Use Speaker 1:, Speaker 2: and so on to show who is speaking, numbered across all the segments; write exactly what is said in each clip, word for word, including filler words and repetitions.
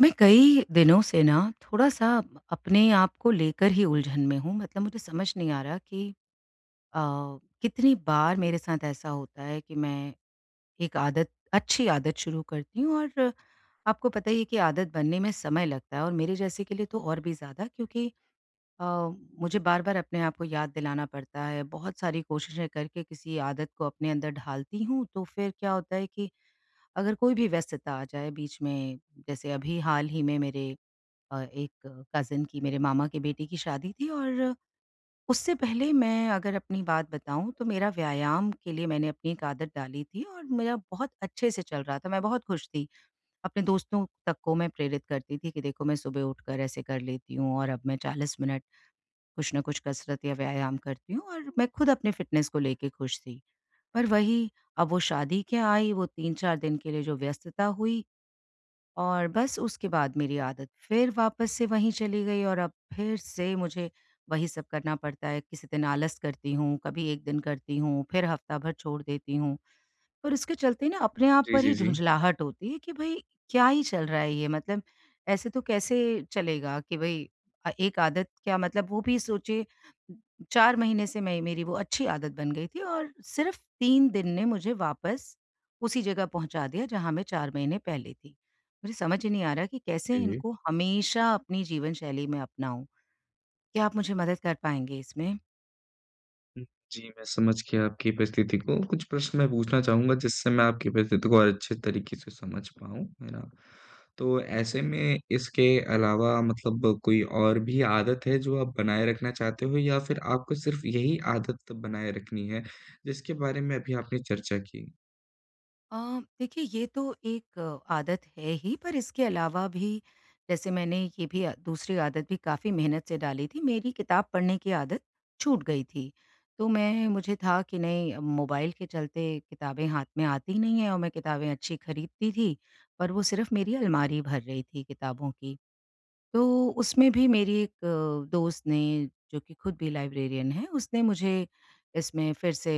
Speaker 1: मैं कई दिनों से ना थोड़ा-सा अपने आप को लेकर ही उलझन में हूँ। मतलब मुझे समझ नहीं आ रहा कि अ, कितनी बार मेरे साथ ऐसा होता है कि मैं एक आदत, अच्छी आदत शुरू करती हूँ, और आपको पता ही है कि आदत बनने में समय लगता है, और मेरे जैसे के लिए तो और भी ज़्यादा, क्योंकि अ, मुझे बार-बार अपने आप को याद दिलाना पड़ता है। बहुत सारी कोशिशें करके किसी आदत को अपने अंदर ढालती हूँ, तो फिर क्या होता है कि अगर कोई भी व्यस्तता आ जाए बीच में, जैसे अभी हाल ही में मेरे अ, एक कज़िन की, मेरे मामा के बेटे की शादी थी, और उससे पहले मैं अगर अपनी बात बताऊँ तो मेरा, व्यायाम के लिए मैंने अपनी एक आदत डाली थी, और मेरा बहुत अच्छे से चल रहा था, मैं बहुत खुश थी। अपने दोस्तों तक को मैं प्रेरित करती थी कि देखो मैं सुबह उठकर ऐसे कर लेती हूँ, और अब मैं चालीस मिनट कुछ न कुछ कसरत या व्यायाम करती हूँ, और मैं खुद अपने फ़िटनेस को लेके खुश थी। पर वही, अब वो शादी क्या आई, वो तीन चार दिन के लिए जो व्यस्तता हुई, और बस उसके बाद मेरी आदत फिर वापस से वहीं चली गई, और अब फिर से मुझे वही सब करना पड़ता है। किसी दिन आलस करती हूँ, कभी एक दिन करती हूँ, फिर हफ्ता भर छोड़ देती हूँ। और उसके चलते ना अपने आप
Speaker 2: जी,
Speaker 1: पर
Speaker 2: जी,
Speaker 1: ही
Speaker 2: जी।
Speaker 1: झुँझलाहट होती है कि भई क्या ही चल रहा है ये, मतलब ऐसे तो कैसे चलेगा कि भई, अ, एक आदत क्या, मतलब वो भी सोचिए, चार महीने से मैं, मेरी वो अच्छी आदत बन गई थी, और सिर्फ़ तीन दिन ने मुझे वापस उसी जगह पहुँचा दिया जहाँ मैं चार महीने पहले थी। मुझे समझ ही नहीं आ रहा कि कैसे
Speaker 2: जी, जी।
Speaker 1: इनको हमेशा अपनी जीवन शैली में अपनाऊँ? क्या आप मुझे मदद कर पाएँगे इसमें?
Speaker 2: हुँ। जी, मैं समझ गया आपकी परिस्थिति को। कुछ प्रश्न मैं पूछना चाहूँगा जिससे मैं आपकी परिस्थिति को और अच्छे तरीके से समझ पाऊँ, है ना? तो ऐसे में इसके अलावा मतलब कोई और भी आदत है जो आप बनाए रखना चाहते हो या फिर आपको सिर्फ़ यही आदत बनाए रखनी है, जिसके बारे में अभी आपने चर्चा की?
Speaker 1: अ, देखिए, ये तो एक अ, आदत है ही, पर इसके अलावा भी, जैसे मैंने ये भी अ, दूसरी आदत भी काफ़ी मेहनत से डाली थी। मेरी किताब पढ़ने की आदत छूट गई थी। तो मैं मुझे था कि नहीं, अब मोबाइल के चलते किताबें हाथ में आती नहीं हैं, और मैं किताबें अच्छी खरीदती थी, पर वो सिर्फ़ मेरी अलमारी भर रही थी, किताबों की। तो उसमें भी मेरी एक अ, दोस्त ने, जो कि खुद भी लाइब्रेरियन है, उसने मुझे इसमें फिर से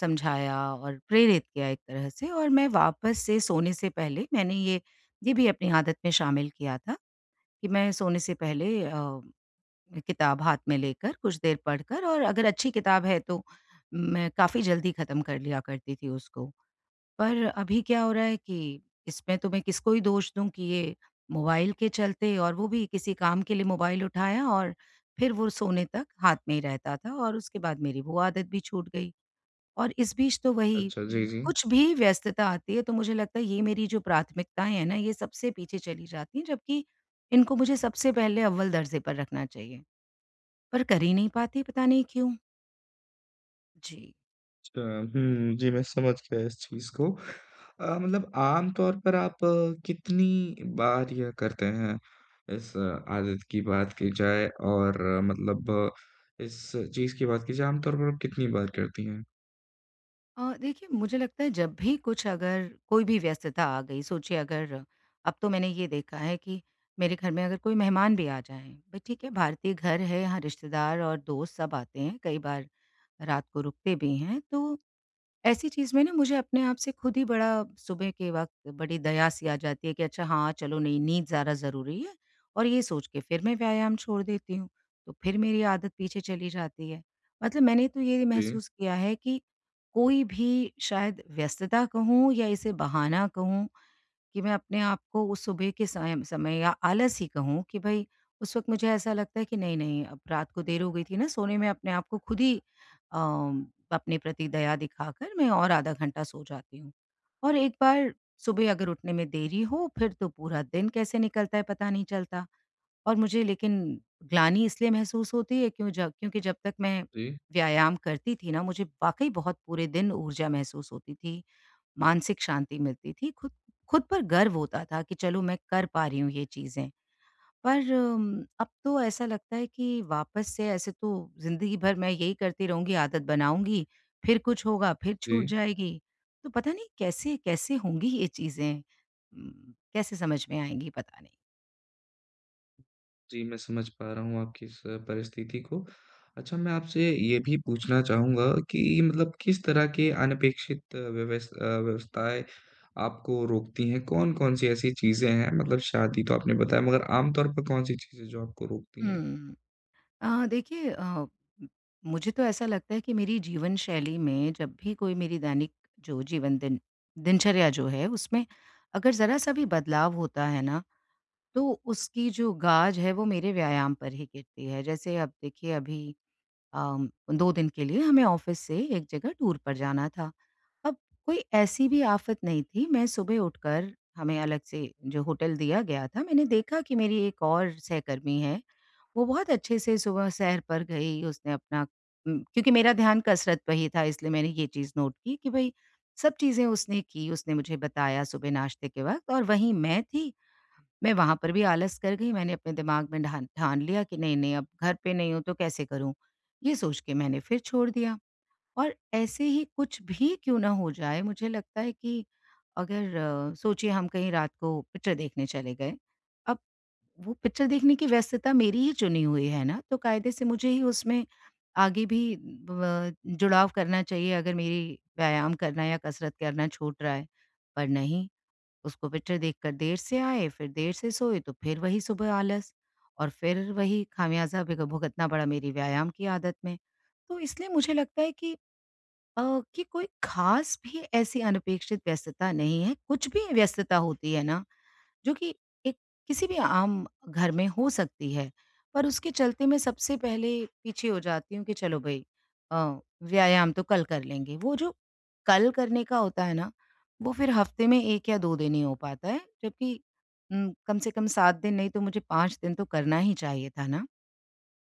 Speaker 1: समझाया और प्रेरित किया एक तरह से, और मैं वापस से, सोने से पहले मैंने ये ये भी अपनी आदत में शामिल किया था, कि मैं सोने से पहले अ, किताब हाथ में लेकर कुछ देर पढ़कर, और अगर अच्छी किताब है तो मैं काफ़ी जल्दी ख़त्म कर लिया करती थी उसको। पर अभी क्या हो रहा है कि इसमें तो मैं किसको ही दोष दूँ कि ये मोबाइल के चलते, और वो भी किसी काम के लिए मोबाइल उठाया, और फिर वो सोने तक हाथ में ही रहता था, और उसके बाद मेरी वो आदत भी छूट गई। और इस बीच तो वही
Speaker 2: अच्छा, जी,
Speaker 1: उम,
Speaker 2: जी।
Speaker 1: कुछ भी व्यस्तता आती है तो मुझे लगता है ये मेरी जो प्राथमिकताएँ हैं ना, ये सबसे पीछे चली जाती हैं, जबकि इनको मुझे सबसे पहले अव्वल दर्जे पर रखना चाहिए। पर कर ही नहीं पाती, पता नहीं क्यों? जी।
Speaker 2: अच्छा, हुँ, जी, मैं समझ गया इस चीज़ को। अ, मतलब आम तौर पर आप अ, कितनी बार यह करते हैं? इस अ, आदत की बात की जाए और अ, मतलब अ, इस चीज़ की बात की जाए आम तौर पर आप कितनी बार करती हैं?
Speaker 1: अ, देखिए, मुझे लगता है जब भी कुछ, अगर कोई भी व्यस्तता आ गई, सोचिए अगर, अब तो मैंने ये देखा है कि मेरे घर में अगर कोई मेहमान भी आ जाए, भाई ठीक है, भारतीय घर है, यहाँ रिश्तेदार और दोस्त सब आते हैं, कई बार रात को रुकते भी हैं, तो ऐसी चीज़ में ना मुझे अपने आप से खुद ही, बड़ा सुबह के वक़्त बड़ी दया सी आ जाती है कि अच्छा हाँ, चलो नहीं, नींद ज़्यादा ज़रूरी है, और ये सोच के फिर मैं व्यायाम छोड़ देती हूँ, तो फिर मेरी आदत पीछे चली जाती है। मतलब मैंने तो ये
Speaker 2: जी,
Speaker 1: महसूस किया है कि कोई भी, शायद व्यस्तता कहूँ या इसे बहाना कहूँ, कि मैं अपने आप को उस सुबह के सयम समय या आलस ही कहूँ कि भई, उस वक़्त मुझे ऐसा लगता है कि नहीं-नहीं, अब रात को देर हो गई थी ना सोने में, अपने आप को खुद ही अ, अपने प्रति दया दिखाकर मैं और आधा घंटा सो जाती हूँ। और एक बार सुबह अगर उठने में देरी हो, फिर तो पूरा दिन कैसे निकलता है पता नहीं चलता। और मुझे लेकिन ग्लानि इसलिए महसूस होती है क्यों ज क्योंकि जब तक मैं
Speaker 2: जी,
Speaker 1: व्यायाम करती थी ना, मुझे वाक़ई बहुत पूरे दिन ऊर्जा महसूस होती थी। मानसिक शांति मिलती थी, खुद खुद पर गर्व होता था कि चलो मैं कर पा रही हूँ ये चीज़ें। पर अम, अब तो ऐसा लगता है कि वापस से ऐसे तो ज़िंदगी भर मैं यही करती रहूँगी, आदत बनाऊँगी, फिर कुछ होगा, फिर छूट
Speaker 2: जी।
Speaker 1: जाएगी। तो पता नहीं कैसे-कैसे होंगी ये चीज़ें? उम, कैसे समझ में आएँगी पता नहीं।
Speaker 2: जी, मैं समझ पा रहा हूँ आपकी इस परिस्थिति को। अच्छा मैं आपसे ये भी पूछना चाहूँगा कि मतलब किस तरह के अनपेक्षित व्यवस अ, व्यवस्थाएँ आपको रोकती हैं? कौन-कौन सी ऐसी चीज़ें हैं? मतलब शादी तो आपने बताया मगर आम तौर पर कौन-सी चीज़ें जो आपको रोकती हैं?
Speaker 1: हुँ। अ, देखिए अ, मुझे तो ऐसा लगता है कि मेरी जीवन शैली में जब भी कोई, मेरी दैनिक जो जीवन दिन दिनचर्या जो है, उसमें अगर ज़रा-सा भी बदलाव होता है ना, तो उसकी जो गाज है वो मेरे व्यायाम पर ही गिरती है। जैसे अब देखिए अभी अम, दो दिन के लिए हमें ऑफ़िस से एक जगह टूर पर जाना था। अब कोई ऐसी भी आफ़त नहीं थी, मैं सुबह उठकर, हमें अलग से जो होटल दिया गया था, मैंने देखा कि मेरी एक और सहकर्मी है, वो बहुत अच्छे से सुबह सैर पर गई, उसने अपना उम, क्योंकि मेरा ध्यान कसरत पे ही था इसलिए मैंने ये चीज़ नोट की कि भई सब चीज़ें उसने की, उसने मुझे बताया सुबह नाश्ते के वक़्त, और वहीं मैं थी, मैं वहाँ पर भी आलस कर गई, मैंने अपने दिमाग में ढान ठान लिया कि नहीं-नहीं, अब घर पे नहीं हूँ तो कैसे करूँ? ये सोच के मैंने फिर छोड़ दिया। और ऐसे ही कुछ भी क्यों ना हो जाए, मुझे लगता है कि अगर अ, सोचिए, हम कहीं रात को पिक्चर देखने चले गए, अब वो पिक्चर देखने की व्यस्तता मेरी ही चुनी हुई है ना, तो कायदे से मुझे ही उसमें आगे भी ब जुड़ाव करना चाहिए अगर मेरी व्यायाम करना या कसरत करना छूट रहा है। पर नहीं, उसको, पिक्चर देखकर देर से आए, फिर देर से सोए, तो फिर वही सुबह आलस, और फिर वही खामियाज़ा भुग भुगतना पड़ा मेरी व्यायाम की आदत में। तो इसलिए मुझे लगता है कि अ, कि कोई ख़ास भी ऐसी अनपेक्षित व्यस्तता नहीं है, कुछ भी व्यस्तता होती है ना, जो कि एक किसी भी आम घर में हो सकती है। पर उसके चलते मैं सबसे पहले पीछे हो जाती हूँ कि चलो भई, अ, व्यायाम तो कल कर लेंगे। वो जो कल करने का होता है ना, वो फिर हफ़्ते में एक या दो दिन ही हो पाता है, जबकि उम, कम से कम सात दिन नहीं तो मुझे पाँच दिन तो करना ही चाहिए था ना।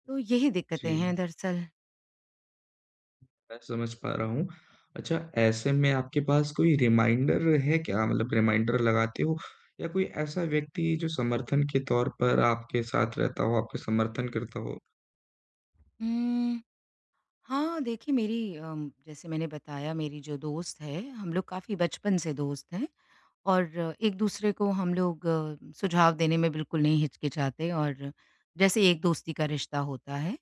Speaker 1: तो यही दिक्कतें
Speaker 2: जी,
Speaker 1: हैं दरअसल।
Speaker 2: मैं समझ पा रहा हूँ। अच्छा ऐसे में आपके पास कोई रिमाइंडर है क्या? मतलब रिमाइंडर लगाते हो या कोई ऐसा व्यक्ति जो समर्थन के तौर पर आपके साथ रहता हो, आपका समर्थन करता हो?
Speaker 1: हुँ। हाँ, देखिए मेरी अम, जैसे मैंने बताया, मेरी जो दोस्त है, हम लोग काफ़ी बचपन से दोस्त हैं, और एक-दूसरे को हम लोग अ, सुझाव देने में बिल्कुल नहीं हिचकिचाते, और जैसे एक दोस्ती का रिश्ता होता है,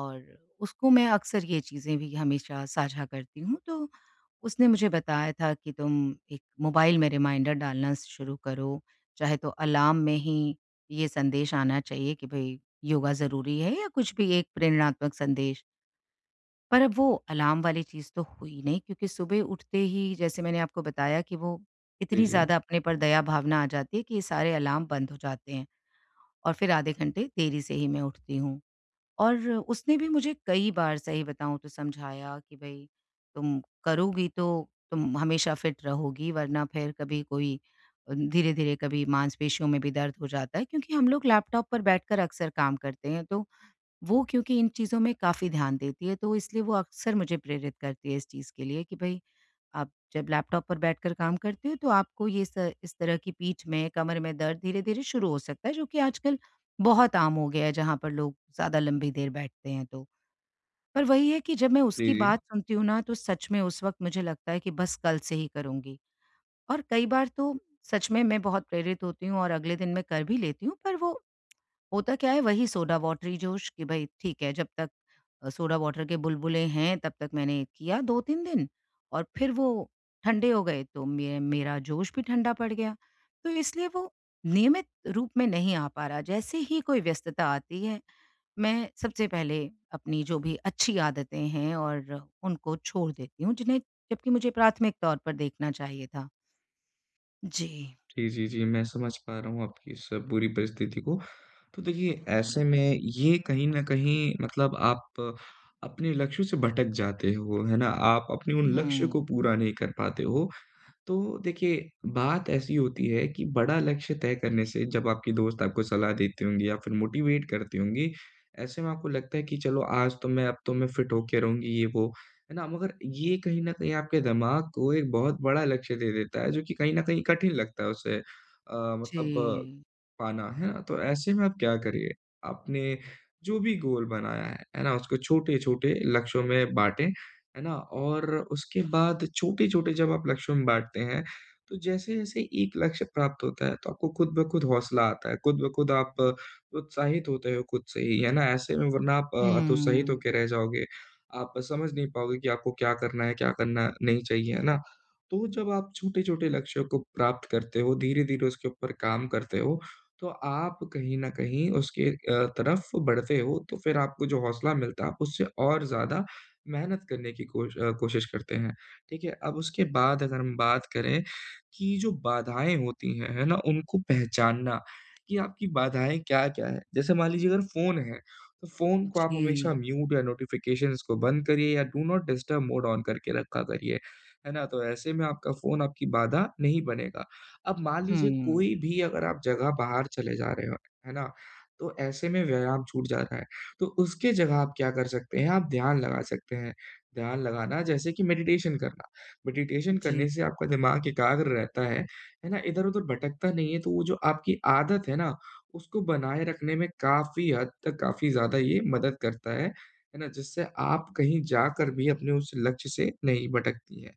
Speaker 1: और उसको मैं अक्सर ये चीज़ें भी हमेशा साझा करती हूँ। तो उसने मुझे बताया था कि तुम एक मोबाइल में रिमाइंडर डालना शुरू करो, चाहे तो अलार्म में ही ये संदेश आना चाहिए कि भई योगा ज़रूरी है, या कुछ भी एक प्रेरणात्मक संदेश। पर अब वो अलार्म वाली चीज़ तो हुई नहीं, क्योंकि सुबह उठते ही, जैसे मैंने आपको बताया कि वो
Speaker 2: जी,
Speaker 1: इतनी
Speaker 2: जी।
Speaker 1: ज़्यादा अपने पर दया भावना आ जाती है कि ये सारे अलार्म बंद हो जाते हैं, और फिर आधे घंटे देरी से ही मैं उठती हूँ। और उसने भी मुझे कई बार, सही बताऊँ तो, समझाया कि भई तुम करोगी तो तुम हमेशा फिट रहोगी, वरना फिर कभी कोई अ, धीरे-धीरे कभी मांसपेशियों में भी दर्द हो जाता है, क्योंकि हम लोग लैपटॉप पर बैठकर अक्सर काम करते हैं, तो वो, क्योंकि इन चीज़ों में काफ़ी ध्यान देती है, तो इसलिए वो अक्सर मुझे प्रेरित करती है इस चीज़ के लिए कि भई आप जब लैपटॉप पर बैठकर काम करते हो, तो आपको ये स इस तरह की, पीठ में, कमर में दर्द धीरे-धीरे शुरू हो सकता है, जो कि आजकल बहुत आम हो गया है जहाँ पर लोग ज़्यादा लंबी देर बैठते हैं तो। पर वही है कि जब मैं
Speaker 2: जी,
Speaker 1: उसकी
Speaker 2: जी।
Speaker 1: बात सुनती हूँ ना, तो सच में उस वक़्त मुझे लगता है कि बस कल से ही करूँगी। और कई बार तो सच में मैं बहुत प्रेरित होती हूँ, और अगले दिन मैं कर भी लेती हूँ, पर वो होता क्या है, वही सोडा वाटर ही जोश कि भई ठीक है, जब तक अ, सोडा वाटर के बुलबुले हैं तब तक मैंने किया दो तीन दिन, और फिर वो ठंडे हो गए तो मे मेरा जोश भी ठंडा पड़ गया। तो इसलिए वो नियमित रूप में नहीं आ पा रहा। जैसे ही कोई व्यस्तता आती है, मैं सबसे पहले अपनी जो भी अच्छी आदतें हैं, और उनको छोड़ देती हूँ, जिन्हें जबकि मुझे प्राथमिक तौर पर देखना चाहिए था। जी।
Speaker 2: जी, जी, जी। मैं समझ पा रहा हूँ आपकी इस पूरी परिस्थिति को। तो देखिए ऐसे में ये कहीं न कहीं मतलब आप अपने लक्ष्यों से भटक जाते हो, है ना? आप अपने उन लक्ष्य को
Speaker 1: हुँ।
Speaker 2: पूरा नहीं कर पाते हो। तो देखिए, बात ऐसी होती है कि बड़ा लक्ष्य तय करने से जब आपकी दोस्त आपको सलाह देती होंगी या फिर मोटिवेट करती होंगी, ऐसे में आपको लगता है कि चलो आज तो मैं अब तो मैं फिट होके रहूँगी ये वो, है ना? मगर ये कहीं न कहीं आपके दिमाग को एक बहुत बड़ा लक्ष्य दे देता है जो कि कहीं न कहीं कठिन लगता है उसे अ,
Speaker 1: जी।
Speaker 2: मतलब पाना, है ना? तो ऐसे में आप क्या करिए, आपने जो भी गोल बनाया है, है ना? उसको छोटे-छोटे लक्ष्यों में बाँटें, है ना? और उसके बाद छोटे-छोटे जब आप लक्ष्यों में बाँटते हैं, तो जैसे-जैसे एक लक्ष्य प्राप्त होता है, तो आपको खुद ब खुद हौसला आता है, खुद ब खुद आप उत्साहित होते हो खुद से ही, है ना? ऐसे में वरना आप अ, हतोत्साहित
Speaker 1: हुँ।
Speaker 2: होके रह जाओगे, आप समझ नहीं पाओगे कि आपको क्या करना है, क्या करना नहीं चाहिए, है ना? तो जब आप छोटे-छोटे लक्ष्यों को प्राप्त करते हो, धीरे-धीरे उसके ऊपर काम करते हो, तो आप कहीं न कहीं उसके अ, तरफ बढ़ते हो, तो फिर आपको जो हौसला मिलता है, आप उससे और ज़्यादा मेहनत करने की कोश अ, कोशिश करते हैं, ठीक है? अब उसके बाद अगर हम बात करें कि जो बाधाएँ होती हैं, है ना? उनको पहचानना कि आपकी बाधाएँ क्या-क्या हैं। जैसे मान लीजिए अगर फ़ोन है, तो फ़ोन को आप हमेशा
Speaker 1: जी।
Speaker 2: म्यूट या नोटिफ़िकेशंस को बंद करिए या do not disturb mode on करके रखा करिए, है ना? तो ऐसे में आपका फ़ोन आपकी बाधा नहीं बनेगा। अब मान लीजिए
Speaker 1: हुँ।
Speaker 2: कोई भी अगर आप जगह बाहर चले जा रहे हो, है ना? तो ऐसे में व्यायाम छूट जा रहा है, तो उसके जगह आप क्या कर सकते हैं, आप ध्यान लगा सकते हैं। ध्यान लगाना जैसे कि मेडिटेशन करना। मेडिटेशन
Speaker 1: जी,
Speaker 2: करने से आपका दिमाग एकाग्र रहता है, है ना? इधर-उधर भटकता नहीं है, तो वो जो आपकी आदत है ना, उसको बनाए रखने में काफ़ी हद तक काफ़ी ज़्यादा ये मदद करता है, है ना? जिससे आप कहीं जाकर भी अपने उस लक्ष्य से नहीं भटकती हैं।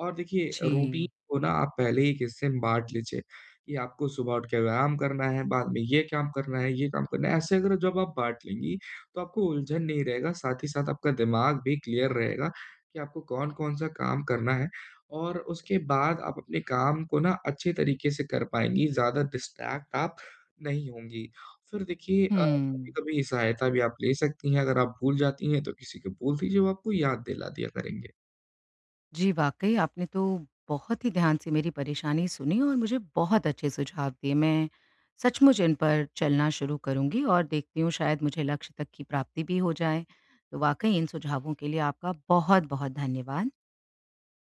Speaker 2: और देखिए रूटीन
Speaker 1: जी।
Speaker 2: को ना आप पहले ही एक हिस्से में बाँट लीजिए, कि आपको सुबह उठ के व्यायाम करना है, बाद में ये काम करना है, ये काम करना है। ऐसे अगर जब आप बाँट लेंगी, तो आपको उलझन नहीं रहेगा, साथ ही साथ आपका दिमाग भी क्लियर रहेगा कि आपको कौन-कौन सा काम करना है और उसके बाद आप अपने काम को ना अच्छे तरीके से कर पाएँगी, ज़्यादा डिस्ट्रैक्ट आप नहीं होंगी। फिर देखिए अ,
Speaker 1: हुँ।
Speaker 2: कभी-कभी सहायता भी आप ले सकती हैं, अगर आप भूल जाती हैं, तो किसी को बोल दीजिए, वो आपको याद दिला दिया करेंगे।
Speaker 1: जी, वाक़ई आपने तो बहुत ही ध्यान से मेरी परेशानी सुनी और मुझे बहुत अच्छे सुझाव दिए। मैं सचमुच इन पर चलना शुरू करूँगी, और देखती हूँ शायद मुझे लक्ष्य तक की प्राप्ति भी हो जाए। तो वाक़ई इन सुझावों के लिए आपका बहुत-बहुत धन्यवाद।